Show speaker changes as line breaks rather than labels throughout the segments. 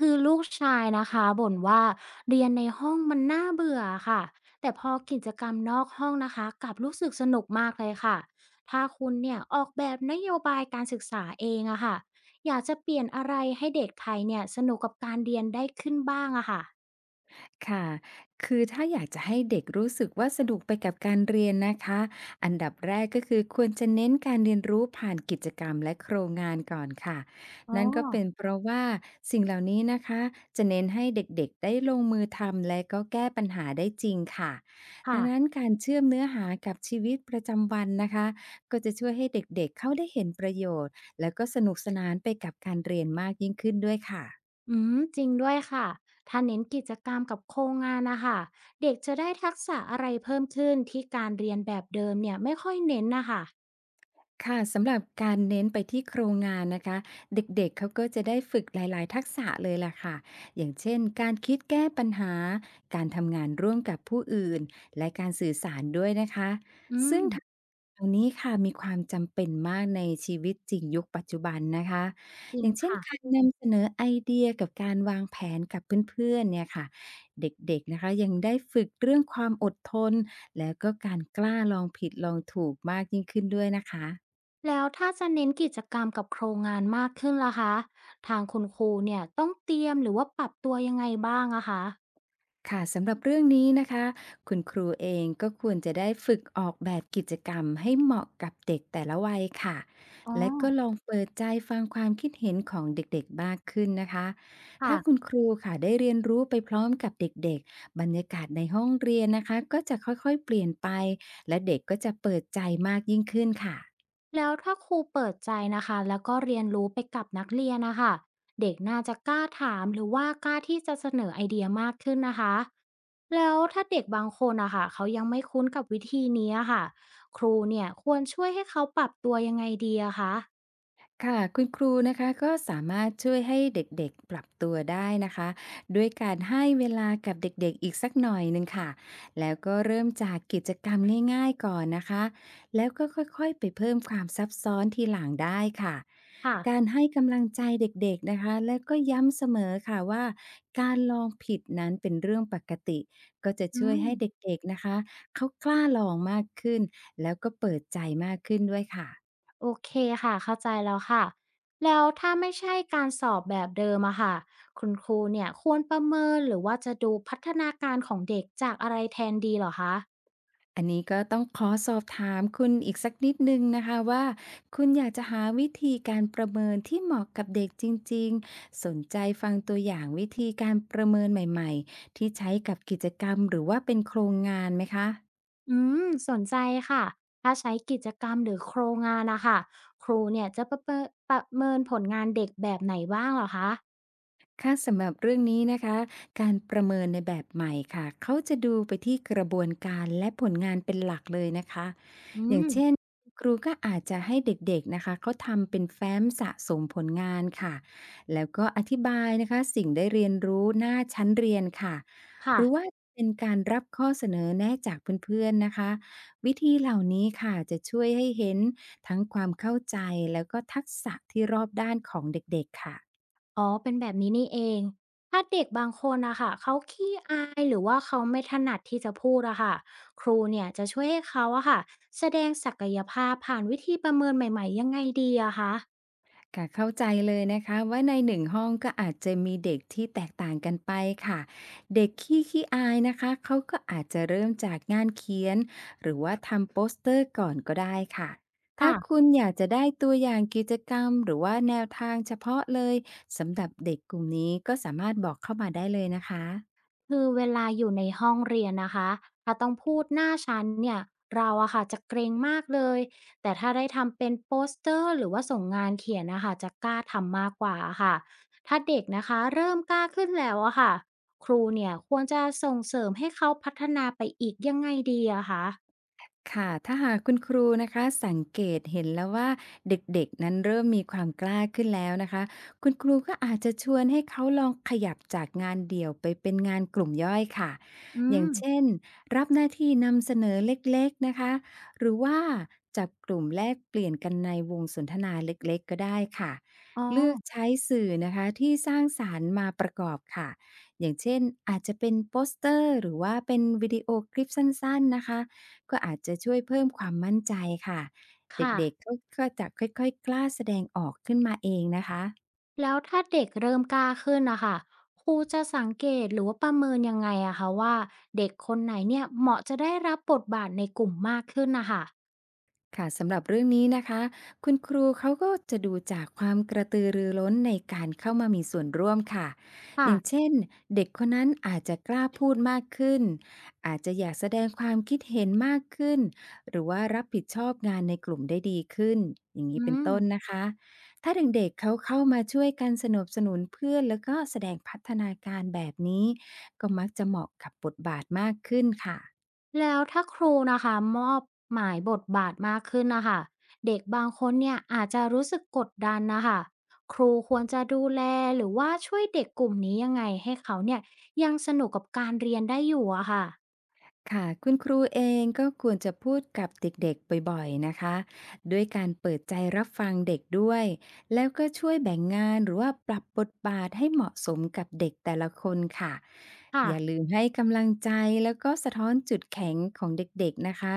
คือลูกชายนะคะบ่นว่าเรียนในห้องมันน่าเบื่อค่ะแต่พอกิจกรรมนอกห้องนะคะกลับรู้สึกสนุกมากเลยค่ะถ้าคุณเนี่ยออกแบบนโยบายการศึกษาเองอะค่ะอยากจะเปลี่ยนอะไรให้เด็กไทยเนี่ยสนุกกับการเรียนได้ขึ้นบ้างอะค่ะ
ค่ะคือถ้าอยากจะให้เด็กรู้สึกว่าสนุกไปกับการเรียนนะคะ อันดับแรกก็คือควรจะเน้นการเรียนรู้ผ่านกิจกรรมและโครงงานก่อนค่ะ
อ๋อ
นั่นก็เป็นเพราะว่าสิ่งเหล่านี้นะคะจะเน้นให้เด็กๆได้ลงมือทำและก็แก้ปัญหาได้จริงค่ะ
ค่ะ
ดังนั้นการเชื่อมเนื้อหากับชีวิตประจำวันนะคะก็จะช่วยให้เด็กๆเขาได้เห็นประโยชน์และก็สนุกสนานไปกับการเรียนมากยิ่งขึ้นด้วยค่ะ
อืมจริงด้วยค่ะถ้าเน้นกิจกรรมกับโครงงานนะคะเด็กจะได้ทักษะอะไรเพิ่มขึ้นที่การเรียนแบบเดิมเนี่ยไม่ค่อยเน้นนะคะ
ค่ะสำหรับการเน้นไปที่โครงงานนะคะเด็กๆเขาก็จะได้ฝึกหลายๆทักษะเลยล่ะค่ะอย่างเช่นการคิดแก้ปัญหาการทำงานร่วมกับผู้อื่นและการสื่อสารด้วยนะคะ
อืม
ซึ่งทักษะเหล่านี้ค่ะมีความจำเป็นมากในชีวิตจริงยุคปัจจุบันนะคะ
จริ
อ
ง
ย่างเช่น
ค่ะ
การนำเสนอไอเดียกับการวางแผนกับเพื่อนๆเนี่ยค่ะเด็กๆนะคะยังได้ฝึกเรื่องความอดทนแล้วก็การกล้าลองผิดลองถูกมากยิ่งขึ้นด้วยนะคะ
แล้วถ้าจะเน้นกิจกรรมกับโครงงานมากขึ้นล่ะคะทางคุณครูเนี่ยต้องเตรียมหรือว่าปรับตัวยังไงบ้างอะคะ
ค่ะสำหรับเรื่องนี้นะคะคุณครูเองก็ควรจะได้ฝึกออกแบบกิจกรรมให้เหมาะกับเด็กแต่ละวัยค่ะ
อ๋อ
และก็ลองเปิดใจฟังความคิดเห็นของเด็กๆมากขึ้นนะคะถ้าคุ
ค่ะ
ณครูค่ะได้เรียนรู้ไปพร้อมกับเด็กๆบรรยากาศในห้องเรียนนะคะก็จะค่อยๆเปลี่ยนไปและเด็กก็จะเปิดใจมากยิ่งขึ้นค่ะ
แล้วถ้าครูเปิดใจนะคะแล้วก็เรียนรู้ไปกับนักเรียนนะคะเด็กน่าจะกล้าถามหรือว่ากล้าที่จะเสนอไอเดียมากขึ้นนะคะแล้วถ้าเด็กบางคนนะคะเขายังไม่คุ้นกับวิธีนี้อะค่ะครูเนี่ยควรช่วยให้เขาปรับตัวยังไงดีอะคะ
ค่ะคุณครูนะคะก็สามารถช่วยให้เด็กๆ ปรับตัวได้นะคะด้วยการให้เวลากับเด็กๆอีกสักหน่อยหนึ่งค่ะแล้วก็เริ่มจากกิจกรรมง่ายๆก่อนนะคะแล้วก็ค่อยๆไปเพิ่มความซับซ้อนทีหลังได้ค่ะ
ค่ะ
การให้กำลังใจเด็กๆนะคะแล้วก็ย้ำเสมอค่ะว่าการลองผิดนั้นเป็นเรื่องปกติก็จะ
อื
ช่วย
ม
ให้เด็กๆนะคะเขากล้าลองมากขึ้นแล้วก็เปิดใจมากขึ้นด้วยค่ะ
โอเคค่ะเข้าใจแล้วค่ะแล้วถ้าไม่ใช่การสอบแบบเดิมอะค่ะคุณครูเนี่ยควรประเมินหรือว่าจะดูพัฒนาการของเด็กจากอะไรแทนดีเหรอคะ
อันนี้ก็ต้องขอสอบถามคุณอีกสักนิดหนึ่งนะคะว่าคุณอยากจะหาวิธีการประเมินที่เหมาะกับเด็กจริงๆสนใจฟังตัวอย่างวิธีการประเมินใหม่ๆที่ใช้กับกิจกรรมหรือว่าเป็นโครงงานไหมคะ
อืมสนใจค่ะถ้าใช้กิจกรรมหรือโครงงานนะคะครูเนี่ยจะประเมินผลงานเด็กแบบไหนบ้างเหรอคะ
ค่ะสำหรับเรื่องนี้นะคะการประเมินในแบบใหม่ค่ะเขาจะดูไปที่กระบวนการและผลงานเป็นหลักเลยนะคะ
อื
อย่างเช่น
ม
ครูก็อาจจะให้เด็กๆนะคะเขาทำเป็นแฟ้มสะสมผลงานค่ะแล้วก็อธิบายนะคะสิ่งได้เรียนรู้หน้าชั้นเรียนค่ะ
ค่ะ
หรือว่าเป็นการรับข้อเสนอแนะจากเพื่อนๆนะคะวิธีเหล่านี้ค่ะจะช่วยให้เห็นทั้งความเข้าใจแล้วก็ทักษะที่รอบด้านของเด็กๆค่ะ
อ๋อเป็นแบบนี้นี่เอง ถ้าเด็กบางคนนะค่ะเขาขี้อายหรือว่าเขาไม่ถนัดที่จะพูดอะค่ะครูเนี่ยจะช่วยให้เขาอะค่ะแสดงศักยภาพผ่านวิธีประเมินใหม่ๆยังไงดีอะคะ
ค่ะเข้าใจเลยนะคะว่าในหนึ่งห้องก็อาจจะมีเด็กที่แตกต่างกันไปค่ะเด็กขี้อายนะคะเขาก็อาจจะเริ่มจากงานเขียนหรือว่าทำโปสเตอร์ก่อนก็ได้ค่ะถ้า
ค่ะ
คุณอยากจะได้ตัวอย่างกิจกรรมหรือว่าแนวทางเฉพาะเลยสำหรับเด็กกลุ่มนี้ก็สามารถบอกเข้ามาได้เลยนะคะ
คือเวลาอยู่ในห้องเรียนนะคะถ้าต้องพูดหน้าชั้นเนี่ยเราอะค่ะจะเกรงมากเลย แต่ถ้าได้ทำเป็นโปสเตอร์หรือว่าส่งงานเขียนนะคะจะกล้าทำมากกว่าค่ะถ้าเด็กนะคะเริ่มกล้าขึ้นแล้วอะค่ะครูเนี่ยควรจะส่งเสริมให้เขาพัฒนาไปอีกยังไงดีอะคะ
ค่ะถ้าหากคุณครูนะคะสังเกตเห็นแล้วว่าเด็กๆนั้นเริ่มมีความกล้าขึ้นแล้วนะคะคุณครูก็อาจจะชวนให้เขาลองขยับจากงานเดี่ยวไปเป็นงานกลุ่มย่อยค่ะ
อื
อ
ม
ย่างเช่นรับหน้าที่นำเสนอเล็กๆนะคะหรือว่าจับกลุ่มแลกเปลี่ยนกันในวงสนทนาเล็กๆก็ได้ค่ะ
อ๋อ
เลือกใช้สื่อนะคะที่สร้างสารรค์มาประกอบค่ะอย่างเช่นอาจจะเป็นโปสเตอร์หรือว่าเป็นวิดีโอคลิปสั้นๆนะคะ ก็อาจจะช่วยเพิ่มความมั่นใจค่ะ
ค่ะ
เด็กๆก็จะค่อยๆกล้าแสดงออกขึ้นมาเองนะคะ
แล้วถ้าเด็กเริ่มกล้าขึ้นนะคะครูจะสังเกตหรือว่าประเมินยังไงอะคะว่าเด็กคนไหนเนี่ยเหมาะจะได้รับบทบาทในกลุ่มมากขึ้นนะคะ
ค่ะสำหรับเรื่องนี้นะคะคุณครูเขาก็จะดูจากความกระตือรือร้นในการเข้ามามีส่วนร่วมค่ะอย่าง
ค่ะ
เช่นเด็กคนนั้นอาจจะกล้าพูดมากขึ้นอาจจะอยากแสดงความคิดเห็นมากขึ้นหรือว่ารับผิดชอบงานในกลุ่มได้ดีขึ้นอย่าง
อื
นี้เป็น
ม
ต้นนะคะถ้าเด็กๆเขาเข้ามาช่วยกันสนับสนุนเพื่อนแล้วก็แสดงพัฒนาการแบบนี้ก็มักจะเหมาะกับบทบาทมากขึ้นค่ะ
แล้วถ้าครูนะคะมอบหมายบทบาทมากขึ้นนะคะเด็กบางคนเนี่ยอาจจะรู้สึกกดดันนะคะครูควรจะดูแลหรือว่าช่วยเด็กกลุ่มนี้ยังไงให้เขาเนี่ยยังสนุกกับการเรียนได้อยู่อะค่ะ
ค่ะคุณครูเองก็ควรจะพูดกับเด็กๆบ่อยๆนะคะด้วยการเปิดใจรับฟังเด็กด้วยแล้วก็ช่วยแบ่งงานหรือว่าปรับบทบาทให้เหมาะสมกับเด็กแต่ละคนค่ะ
ค่ะ
อย่าลืมให้กำลังใจแล้วก็สะท้อนจุดแข็งของเด็กๆนะคะ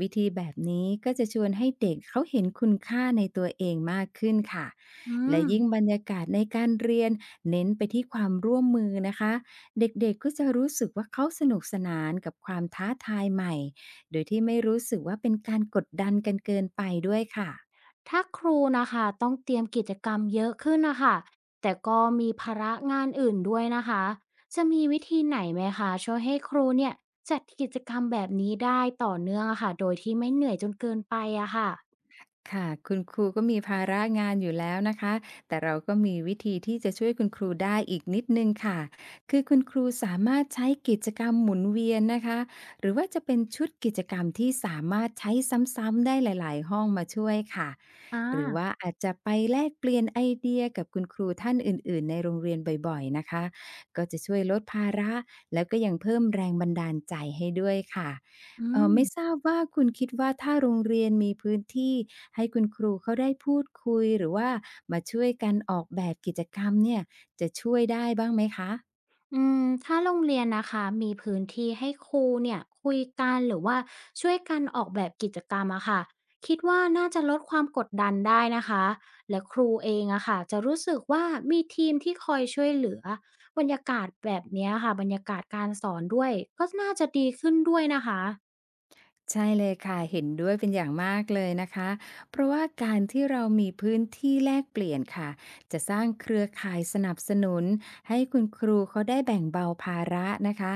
วิธีแบบนี้ก็จะชวนให้เด็กเขาเห็นคุณค่าในตัวเองมากขึ้นค่ะ
อื
และ
ม
ยิ่งบรรยากาศในการเรียนเน้นไปที่ความร่วมมือนะคะ เด็กๆก็จะรู้สึกว่าเขาสนุกสนานกับความท้าทายใหม่ โดยที่ไม่รู้สึกว่าเป็นการกดดันกันเกินไปด้วยค่ะ
ถ้าครูนะคะต้องเตรียมกิจกรรมเยอะขึ้นนะคะแต่ก็มีภาระงานอื่นด้วยนะคะจะมีวิธีไหนไหมคะช่วยให้ครูเนี่ยจัดกิจกรรมแบบนี้ได้ต่อเนื่องอะค่ะโดยที่ไม่เหนื่อยจนเกินไปอะค่ะ
ค่ะคุณครูก็มีภาระงานอยู่แล้วนะคะแต่เราก็มีวิธีที่จะช่วยคุณครูได้อีกนิดหนึ่งค่ะคือคุณครูสามารถใช้กิจกรรมหมุนเวียนนะคะหรือว่าจะเป็นชุดกิจกรรมที่สามารถใช้ซ้ำๆได้หลายๆห้องมาช่วยค่ะ
อ่
หรือ
า
ว่าอาจจะไปแลกเปลี่ยนไอเดียกับคุณครูท่านอื่นๆในโรงเรียนบ่อยๆนะคะก็จะช่วยลดภาระแล้วก็ยังเพิ่มแรงบันดาลใจให้ด้วยค่ะ
อืม
ไม่ทราบว่าคุณคิดว่าถ้าโรงเรียนมีพื้นที่ให้คุณครูเขาได้พูดคุยหรือว่ามาช่วยกันออกแบบกิจกรรมเนี่ยจะช่วยได้บ้างไหมคะ
อืมถ้าโรงเรียนนะคะมีพื้นที่ให้ครูเนี่ยคุยกันหรือว่าช่วยกันออกแบบกิจกรรมอะค่ะคิดว่าน่าจะลดความกดดันได้นะคะและครูเองอะค่ะจะรู้สึกว่ามีทีมที่คอยช่วยเหลือบรรยากาศแบบเนี้ยค่ะบรรยากาศการสอนด้วยก็น่าจะดีขึ้นด้วยนะคะ
ใช่เลยค่ะเห็นด้วยเป็นอย่างมากเลยนะคะเพราะว่าการที่เรามีพื้นที่แลกเปลี่ยนค่ะจะสร้างเครือข่ายสนับสนุนให้คุณครูเขาได้แบ่งเบาภาระนะคะ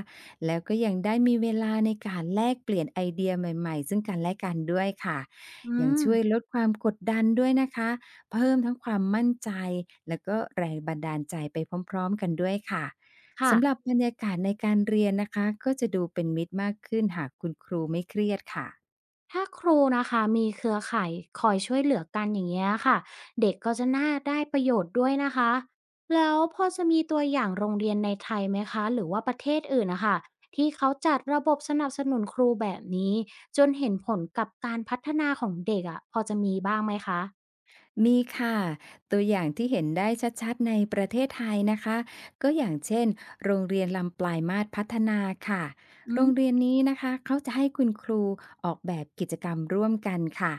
แล้วก็ยังได้มีเวลาในการแลกเปลี่ยนไอเดียใหม่ๆซึ่งกันและกันด้วยค่ะ
อื
ยัง
ม
ช่วยลดความกดดันด้วยนะคะเพิ่มทั้งความมั่นใจแล้วก็แรงบันดาลใจไปพร้อมๆกันด้วยค่ะ
ค่ะ
สำหรับบรรยากาศในการเรียนนะคะก็จะดูเป็นมิตรมากขึ้นหากคุณครูไม่เครียดค่ะ
ถ้าครูนะคะมีเครือข่ายคอยช่วยเหลือกันอย่างเงี้ยค่ะเด็กก็จะน่าได้ประโยชน์ด้วยนะคะแล้วพอจะมีตัวอย่างโรงเรียนในไทยไหมคะหรือว่าประเทศอื่นนะคะที่เขาจัดระบบสนับสนุนครูแบบนี้จนเห็นผลกับการพัฒนาของเด็กอะพอจะมีบ้างไหมคะ
มีค่ะตัวอย่างที่เห็นได้ชัดๆในประเทศไทยนะคะก็อย่างเช่นโรงเรียนลำปลายมาตรพัฒนาค่ะ
อื
โรงเรี
ม
ยนนี้นะคะเขาจะให้คุณครูออกแบบกิจกรรมร่วมกันค่ะ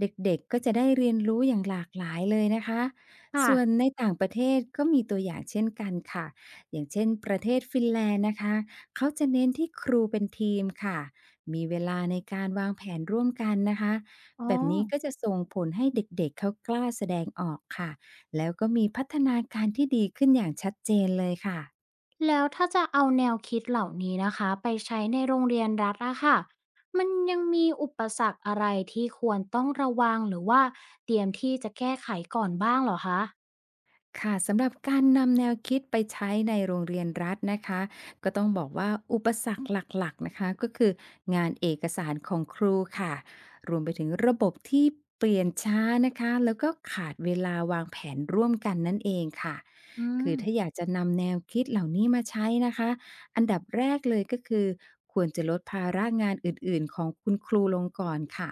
เด็กๆก็จะได้เรียนรู้อย่างหลากหลายเลยนะคะ
ค่ะ
ส่วนในต่างประเทศก็มีตัวอย่างเช่นกันค่ะอย่างเช่นประเทศฟินแลนด์นะคะเขาจะเน้นที่ครูเป็นทีมค่ะมีเวลาในการวางแผนร่วมกันนะคะ
อ๋อ
แบบนี้ก็จะส่งผลให้เด็กๆเขากล้าแสดงออกค่ะ แล้วก็มีพัฒนาการที่ดีขึ้นอย่างชัดเจนเลยค่ะ
แล้วถ้าจะเอาแนวคิดเหล่านี้นะคะไปใช้ในโรงเรียนรัฐอะค่ะมันยังมีอุปสรรคอะไรที่ควรต้องระวังหรือว่าเตรียมที่จะแก้ไขก่อนบ้างเหรอคะ
ค่ะสำหรับการนำแนวคิดไปใช้ในโรงเรียนรัฐนะคะก็ต้องบอกว่าอุปสรรคหลักๆนะคะก็คืองานเอกสารของครูค่ะรวมไปถึงระบบที่เปลี่ยนช้านะคะแล้วก็ขาดเวลาวางแผนร่วมกันนั่นเองค่ะ
อืม
คือถ้าอยากจะนำแนวคิดเหล่านี้มาใช้นะคะอันดับแรกเลยก็คือควรจะลดภาระงานอื่นๆของคุณครูลงก่อนค่ะ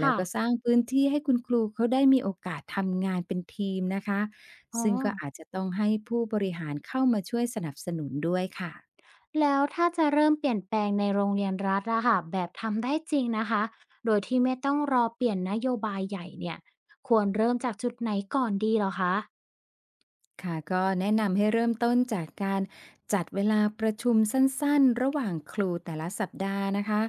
แล้ว
่ะ
ก็สร้างพื้นที่ให้คุณครูเขาได้มีโอกาสทำงานเป็นทีมนะคะ
อ๋อ
ซึ่งก็อาจจะต้องให้ผู้บริหารเข้ามาช่วยสนับสนุนด้วยค่ะ
แล้วถ้าจะเริ่มเปลี่ยนแปลงในโรงเรียนรัฐอะค่ะแบบทำได้จริงนะคะโดยที่ไม่ต้องรอเปลี่ยนนโยบายใหญ่เนี่ยควรเริ่มจากจุดไหนก่อนดีเหรอคะ
ค่ะก็แนะนำให้เริ่มต้นจากการจัดเวลาประชุมสั้นๆ ระหว่างครูแต่ละสัปดาห์นะคะ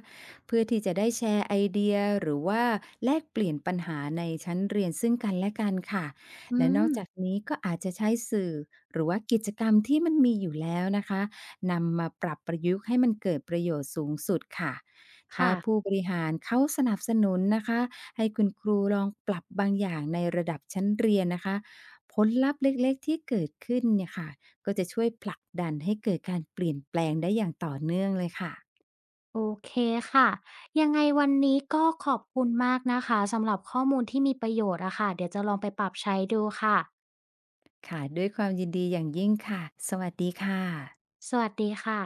เพื่อที่จะได้แชร์ไอเดียหรือว่าแลกเปลี่ยนปัญหาในชั้นเรียนซึ่งกันและกันค่ะ
อื
และนอกจาก
ม
นี้ก็อาจจะใช้สื่อหรือว่ากิจกรรมที่มันมีอยู่แล้วนะคะนำมาปรับประยุกต์ให้มันเกิดประโยชน์สูงสุดค่ะถ้า
ค่ะ
ผู้บริหารเขาสนับสนุนนะคะให้คุณครูลองปรับบางอย่างในระดับชั้นเรียนนะคะ ผลลัพธ์เล็กๆที่เกิดขึ้นเนี่ยค่ะก็จะช่วยผลักดันให้เกิดการเปลี่ยนแปลงได้อย่างต่อเนื่องเลยค่ะ
โอเคค่ะยังไงวันนี้ก็ขอบคุณมากนะคะสำหรับข้อมูลที่มีประโยชน์อะค่ะเดี๋ยวจะลองไปปรับใช้ดูค่ะ
ค่ะด้วยความยินดีอย่างยิ่งค่ะสวัสดีค่ะ
สวัสดีค่ะ